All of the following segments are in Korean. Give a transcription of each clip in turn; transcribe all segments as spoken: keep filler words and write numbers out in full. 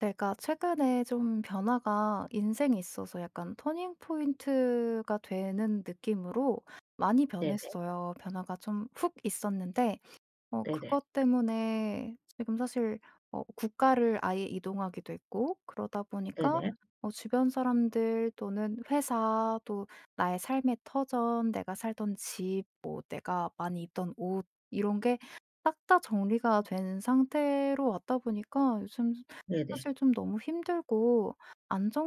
제가 최근에 좀 변화가 인생에 있어서 약간 터닝 포인트가 되는 느낌으로 많이 네네. 변했어요. 변화가 좀 훅 있었는데 어 네네. 그것 때문에 지금 사실 어 국가를 아예 이동하기도 했고 그러다 보니까 네네. 어 주변 사람들 또는 회사 또 나의 삶의 터전, 내가 살던 집, 뭐 내가 많이 입던 옷 이런 게 딱 다 정리가 된 상태로 왔다 보니까 요즘 네네. 사실 좀 너무 힘들고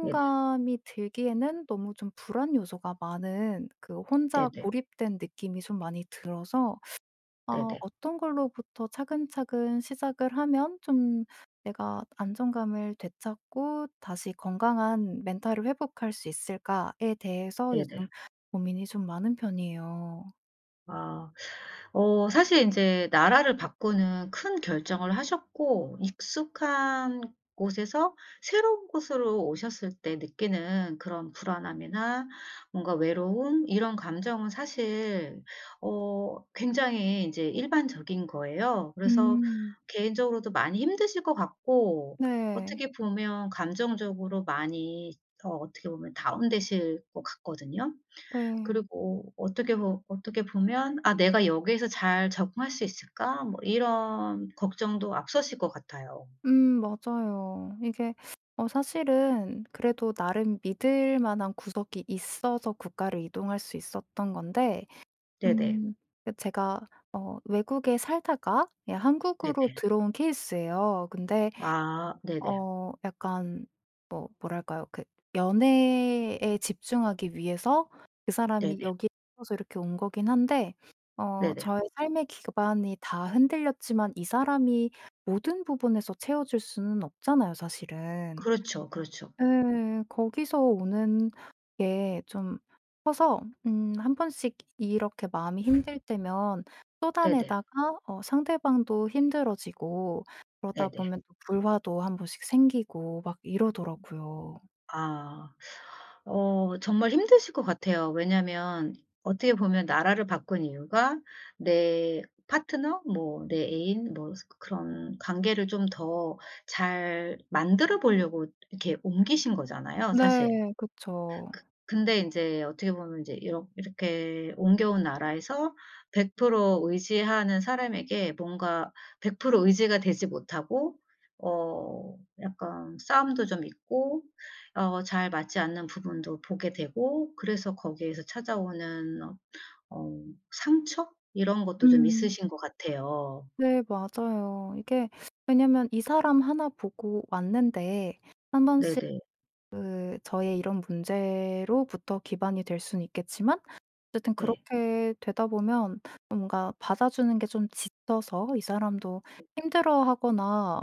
네네. 들기에는 너무 좀 불안 요소가 많은 그 혼자 네네. 고립된 느낌이 좀 많이 들어서 네네. 아 네네. 어떤 걸로부터 차근차근 시작을 하면 좀 내가 안정감을 되찾고 다시 건강한 멘탈을 회복할 수 있을까에 대해서 요즘 고민이 좀 많은 편이에요. 아. 어 사실 이제 나라를 바꾸는 큰 결정을 하셨고 익숙한 곳에서 새로운 곳으로 오셨을 때 느끼는 그런 불안함이나 뭔가 외로움 이런 감정은 사실 어 굉장히 이제 일반적인 거예요. 그래서 음. 개인적으로도 많이 힘드실 것 같고 네. 어떻게 보면 감정적으로 많이 어 어떻게 보면 다운되실 것 같거든요. 네. 그리고 어떻게 보 어떻게 보면 '아, 내가 여기에서 잘 적응할 수 있을까?' 뭐 이런 걱정도 앞서실 것 같아요. 음 맞아요. 이게 어 사실은 그래도 나름 믿을 만한 구석이 있어서 국가를 이동할 수 있었던 건데 네네. 음. 그 제가 어 외국에 살다가 예 한국으로 네네. 들어온 케이스예요. 근데 아 네네. 어 약간 뭐 뭐랄까요? 그 연애에 집중하기 위해서 그 네네. 사람이 여기에 있어서 이렇게 온 거긴 한데 어 네네. 저의 삶의 기반이 다 흔들렸지만 이 사람이 모든 부분에서 채워 줄 수는 없잖아요 사실은. 그렇죠, 그렇죠. 예. 거기서 오는 게 좀 커서 음 한 번씩 이렇게 마음이 힘들 때면 네네. 쏟아내다가 어 상대방도 힘들어지고 그러다 네네. 보면 또 불화도 한 번씩 생기고 막 이러더라고요. 아. 어 정말 힘드실 것 같아요. 왜냐면 어떻게 보면 나라를 바꾼 이유가 내 파트너 뭐 내 애인 뭐 그런 관계를 좀 더 잘 만들어 보려고 이렇게 옮기신 거잖아요 네. 사실. 그쵸. 근데 인제 어떻게 보면 이제 이렇 이렇게 옮겨온 나라에서 백 퍼센트 의지하는 사람에게 뭔가 백 퍼센트 의지가 되지 못하고 어 약간 싸움도 좀 있고 어 잘 맞지 않는 부분도 보게 되고, 그래서 거기에서 찾아오는 어 어 상처 이런 것도 좀 음. 있으신 것 같아요. 네. 맞아요. 이게 왜냐면 이 사람 하나 보고 왔는데 한 번씩 네네. 그 저의 이런 문제로부터 기반이 될 수는 있겠지만 어쨌든 네. 그렇게 되다 보면 뭔가 받아주는 게 좀 지쳐서 이 사람도 힘들어하거나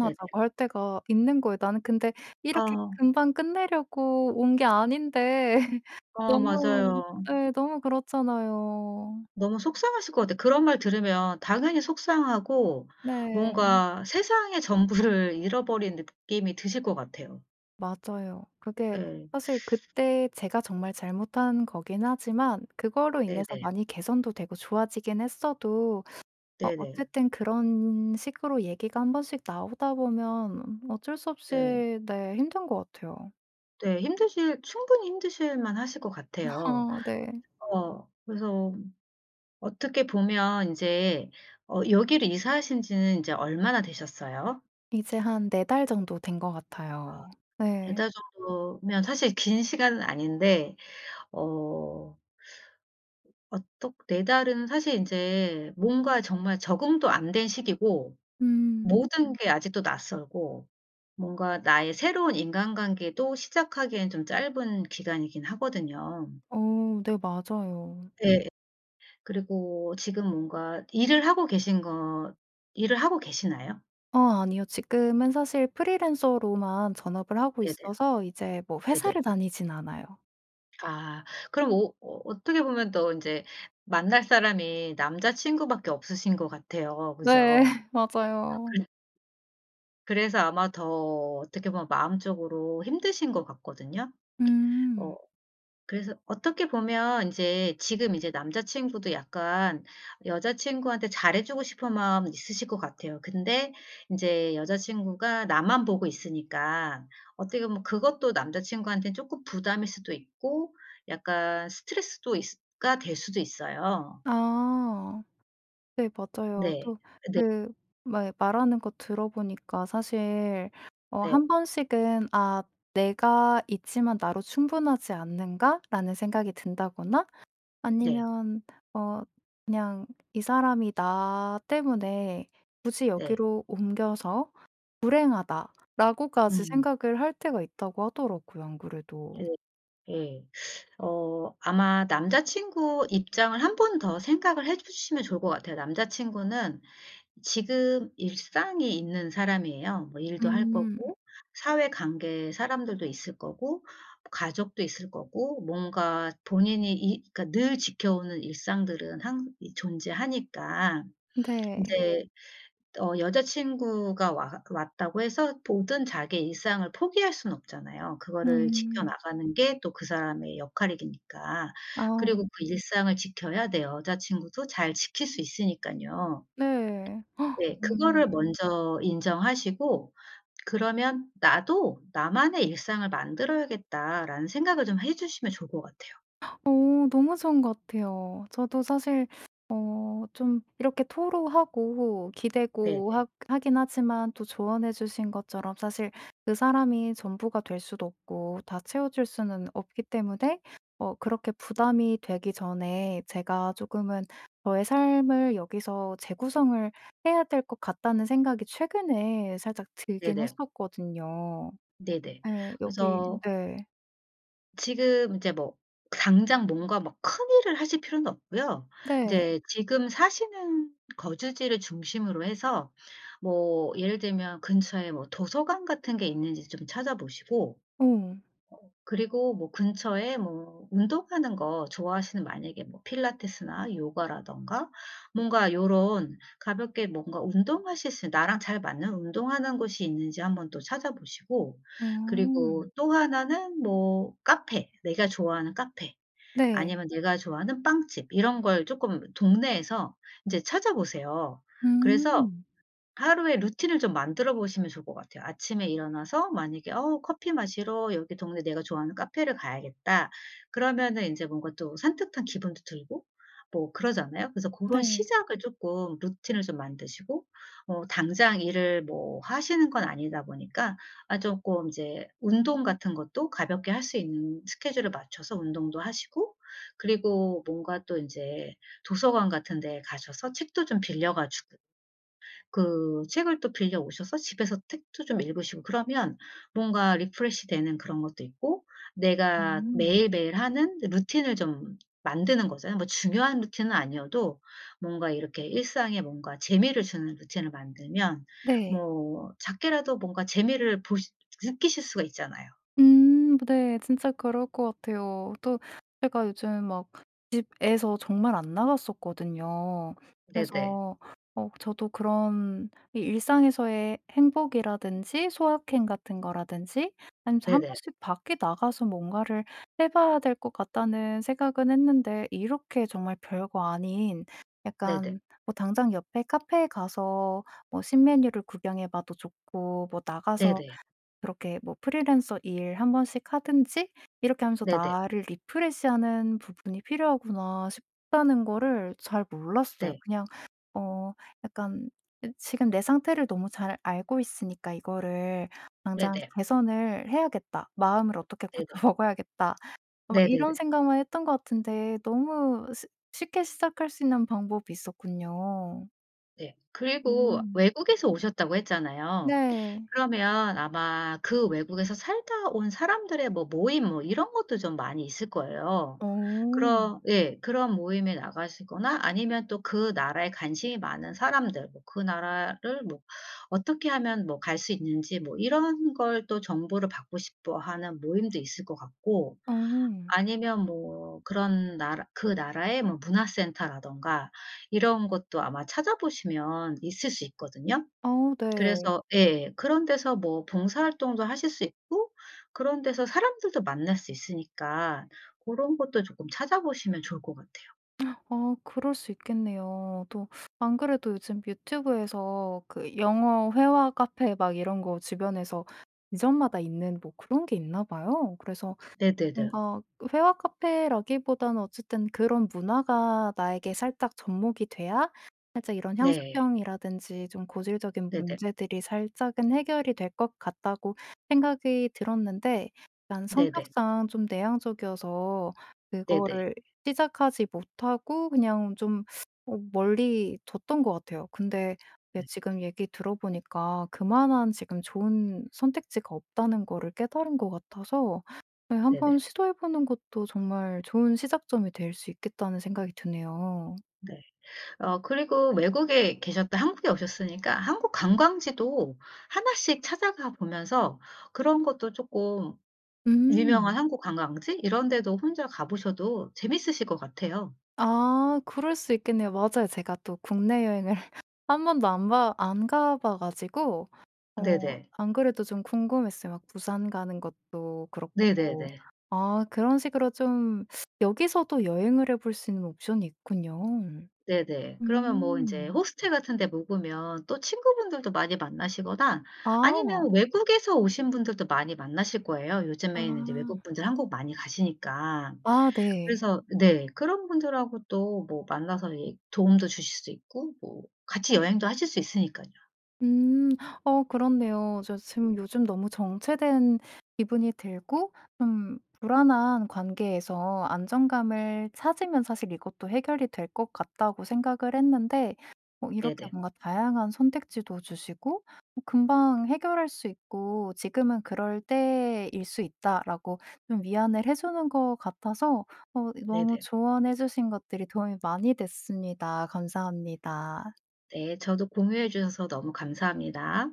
네네. 할 때가 있는 거예요. 나는 근데 이렇게 아. 금방 끝내려고 온 게 아닌데 어 너무 맞아요. 네, 너무 그렇잖아요. 너무 속상하실 것 같아요. 그런 말 들으면 당연히 속상하고 네. 뭔가 세상의 전부를 잃어버린 느낌이 드실 것 같아요. 맞아요. 그게 예. 사실 그때 제가 정말 잘못한 거긴 하지만 그거로 인해서 네네. 많이 개선도 되고 좋아지긴 했어도 어 네네. 어쨌든 그런 식으로 얘기가 한 번씩 나오다 보면 어쩔 수 없이 네. 네 힘든 것 같아요. 네. 힘드실 충분히 힘드실 만하실 것 같아요. 어 네. 어 그래서 어떻게 보면 인제 어 여기로 이사하신 지는 인제 얼마나 되셨어요? 이제 한 네 달 정도 된 것 어 같아요. 다 네. 달 정도면 사실 긴 시간은 아닌데 어 어떻 네 달은 사실 인제 뭔가 정말 적응도 안 된 시기고 음. 모든 게 아직도 낯설고 뭔가 나의 새로운 인간관계도 시작하기엔 좀 짧은 기간이긴 하거든요. 어 네 맞아요. 예. 그리고 지금 뭔가 일을 하고 계신 거 일을 하고 계시나요? 어 아니요. 지금은 사실 프리랜서로만 전업을 하고 네네. 있어서 이제 뭐 네네. 회사를 다니진 않아요. 아, 그럼 오 어 어떻게 보면 또 인제 만날 사람이 남자 친구밖에 없으신 것 같아요. 네. 그죠? 맞아요. 그 그래서 아마 더 어떻게 보면 마음적으로 힘드신 것 같거든요. 어 음. 그래서 어떻게 보면 이제 지금 이제 남자친구도 약간 여자친구한테 잘해 주고 싶은 마음 있으실 것 같아요. 근데 이제 여자친구가 나만 보고 있으니까 어떻게 보면 그것도 남자친구한테 조금 부담일 수도 있고 약간 스트레스도 있 가될 수도 있어요. 아. 네 맞아요. 네. 또 네 그 말 말하는 거 들어보니까 사실 어 네 한 번씩은 '아 내가 있지만 나로 충분하지 않는가?'라는 생각이 든다거나 네 아니면 어 그냥 '이 사람이 나 때문에 굳이 네. 여기로 옮겨서 불행하다.'라고까지 음. 생각을 할 때가 있다고 하더라고요 안 그래도. 네. 예. 어 아마 남자친구 입장을 한 번 더 생각을 해 주시면 좋을 것 같아요. 남자친구는 지금 일상이 있는 사람이에요. 뭐 일도 할 음. 거고 사회 관계 사람들도 있을 거고 가족도 있을 거고 뭔가 본인이 이 그러니까 늘 지켜오는 일상들은 항 존재하니까 이 네. 제 어 여자친구가 와 왔다고 해서 모든 자기의 일상을 포기할 수는 없잖아요. 그거를 음. 지켜나가는 게 또 그 사람의 역할이니까. 그리고 아 그 일상을 지켜야 내 여자친구도 잘 지킬 수 있으니깐요. 네. 네. 음. 음. 그거를 먼저 인정하시고 '그러면 나도 나만의 일상을 만들어야겠다.'라는 생각을 좀 해 주시면 좋을 것 같아요. 어 너무 좋은 것 같아요. 저도 사실 어 좀 이렇게 토로하고 기대고 네네. 하 하긴 하지만 또 조언해 주신 것처럼 사실 그 사람이 전부가 될 수도 없고 다 채워줄 수는 없기 때문에 어 그렇게 부담이 되기 전에 제가 조금은 저의 삶을 여기서 재구성을 해야 될 것 같다는 생각이 최근에 살짝 들긴 네네. 했었거든요. 네네. 예. 여기 음. 그래서 네. 지금 이제 뭐 당장 뭔가 막 큰일을 하실 필요는 없고요. 이 네. 제 지금 사시는 거주지를 중심으로 해서 뭐 예를 들면 근처에 뭐 도서관 같은 게 있는지 좀 찾아보시고, 어. 그리고 뭐 근처에 뭐 운동하는 거 좋아하시는, 만약에 뭐 필라테스나 요가라던가 뭔가 요런 가볍게 뭔가 운동하실 수 나랑 잘 맞는 운동하는 곳이 있는지 한번 또 찾아보시고. 어. 그리고 또 하나는 뭐 카페, 내가 좋아하는 카페 네. 아니면 내가 좋아하는 빵집 이런 걸 쪼끔 동네에서 인제 찾아보세요. 그래서 음. 하루에 루틴을 좀 만들어 보시면 좋을 것 같아요. 아침에 일어나서 만약에 '어, 커피 마시러 여기 동네 내가 좋아하는 카페를 가야겠다.' 그러면은 인제 뭔가 또 산뜻한 기분도 들고 뭐 그러잖아요. 그래서 고런 네. 시작을 쪼끔, 루틴을 좀 만드시고 어 당장 일을 뭐 하시는 건 아니다 보니까, 아 쪼끔 이제 운동 같은 것도 가볍게 할 수 있는 스케줄을 맞춰서 운동도 하시고, 그리고 뭔가 또 인제 도서관 같은 데 가셔서 책도 좀 빌려 가지고 그 책을 또 빌려 오셔서 집에서 책도 좀 읽으시고, 그러면 뭔가 리프레시 되는 그런 것도 있고 내가 음. 매일매일 하는 루틴을 좀 만드는 거잖아요. 뭐 중요한 루틴은 아니어도 뭔가 이렇게 일상에 뭔가 재미를 주는 루틴을 만들면 네. 뭐 작게라도 뭔가 재미를 보시 느끼실 수가 있잖아요. 음 네. 진짜 그럴 것 같아요. 또 제가 요즘 막 집에서 정말 안 나갔었거든요. 네네. 그래서 어 저도 그런 이 일상에서의 행복이라든지 소확행 같은 거라든지 아니면 한 네네. 번씩 밖에 나가서 뭔가를 해 봐야 될 것 같다는 생각은 했는데 이렇게 정말 별거 아닌 네네. 약간 뭐 당장 옆에 카페에 가서 뭐 신메뉴를 구경해 봐도 좋고 뭐 나가서 네네. 그렇게 뭐 프리랜서 일 한 번씩 하든지 이렇게 하면서 네네. '나를 리프레시하는 부분이 필요하구나.' 싶다는 거를 잘 몰랐어요. 네. 그냥 어 약간 지금 내 상태를 너무 잘 알고 있으니까 '이거를 당장 네네. 개선을 해야겠다. 마음을 어떻게 네네. 고쳐 네네. 먹어야겠다.' 막 네네네. 이런 생각만 했던 것 같은데 너무 시 쉽게 시작할 수 있는 방법이 있었군요. 네. 그리고 음. 외국에서 오셨다고 했잖아요. 네. 그러면 아마 그 외국에서 살다 온 사람들의 뭐 모임 뭐 이런 것도 좀 많이 있을 거예요. 어. 그런, 예, 그런 모임에 나가시거나 아니면 또 그 나라에 관심이 많은 사람들, 뭐 그 나라를 뭐 어떻게 하면 뭐 갈 수 있는지 뭐 이런 걸 또 정보를 받고 싶어 하는 모임도 있을 것 같고, 어. 아니면 뭐 그런 나라, 그 나라의 뭐 문화센터라든가 이런 것도 아마 찾아보시면 있을 수 있거든요. 어 네. 그래서 예. 그런 데서 뭐 봉사활동도 하실 수 있고, 그런 데서 사람들도 만날 수 있으니까 고런 것도 조금 찾아보시면 좋을 것 같아요. 어 그럴 수 있겠네요. 또 안 그래도 요즘 유튜브에서 그 영어 회화 카페 막 이런 거 주변에서 지점마다 있는 뭐 그런 게 있나 봐요. 그래서 네네네. 뭔가 회화 카페라기보다는 어쨌든 그런 문화가 나에게 살짝 접목이 돼야 살짝 이런 네. 향수병이라든지 좀 고질적인 네네. 문제들이 살짝은 해결이 될 것 같다고 생각이 들었는데 난 네네. 성격상 좀 내향적이어서 네네. 그거를 시작하지 못하고 그냥 좀 어 멀리 뒀던 것 같아요. 근데 이게 네. 지금 얘기 들어보니까 그만한 지금 좋은 선택지가 없다는 거를 깨달은 것 같아서 네. 한번 네네. 시도해 보는 것도 정말 좋은 시작점이 될 수 있겠다는 생각이 드네요. 네. 어 그리고 외국에 계셨다 한국에 오셨으니까 한국 관광지도 하나씩 찾아가 보면서 그런 것도 조금, 유명한 음. 한국 관광지 이런 데도 혼자 가 보셔도 재밌으실 것 같아요. 아 그럴 수 있겠네요. 맞아요. 제가 또 국내 여행을 한 번도 안 봐 안 가봐 가지고 어 네네. 안 그래도 좀 궁금했어요. 막 부산 가는 것도 네네네. 그렇고. 아 그런 식으로 좀 여기서도 여행을 해볼 수 있는 옵션이 있군요. 네네. 그러면 뭐 이제 음. 호스텔 같은 데 묵으면 또 친구분들도 많이 만나시거나, 아. 아니면 외국에서 오신 분들도 많이 만나실 거예요. 아. 요즘에는 이제 외국분들 한국 많이 가시니까. 아 네. 그래서 네, 그런 분들하고 또 뭐 만나서 예 도움도 주실 수 있고 뭐 같이 여행도 하실 수 있으니깐요. 음. 어 그렇네요. 저 지금 요즘 너무 정체된 기분이 들고 좀 불안한 관계에서 안정감을 찾으면 사실 이것도 해결이 될 것 같다고 생각을 했는데 어 이렇게 네네. 뭔가 다양한 선택지도 주시고 어 금방 해결할 수 있고 "지금은 그럴 때일 수 있다."라고 좀 위안을 해 주는 것 같아서 어 너무 네네. 조언해 주신 것들이 도움이 많이 됐습니다. 감사합니다. 네. 저도 공유해 주셔서 너무 감사합니다.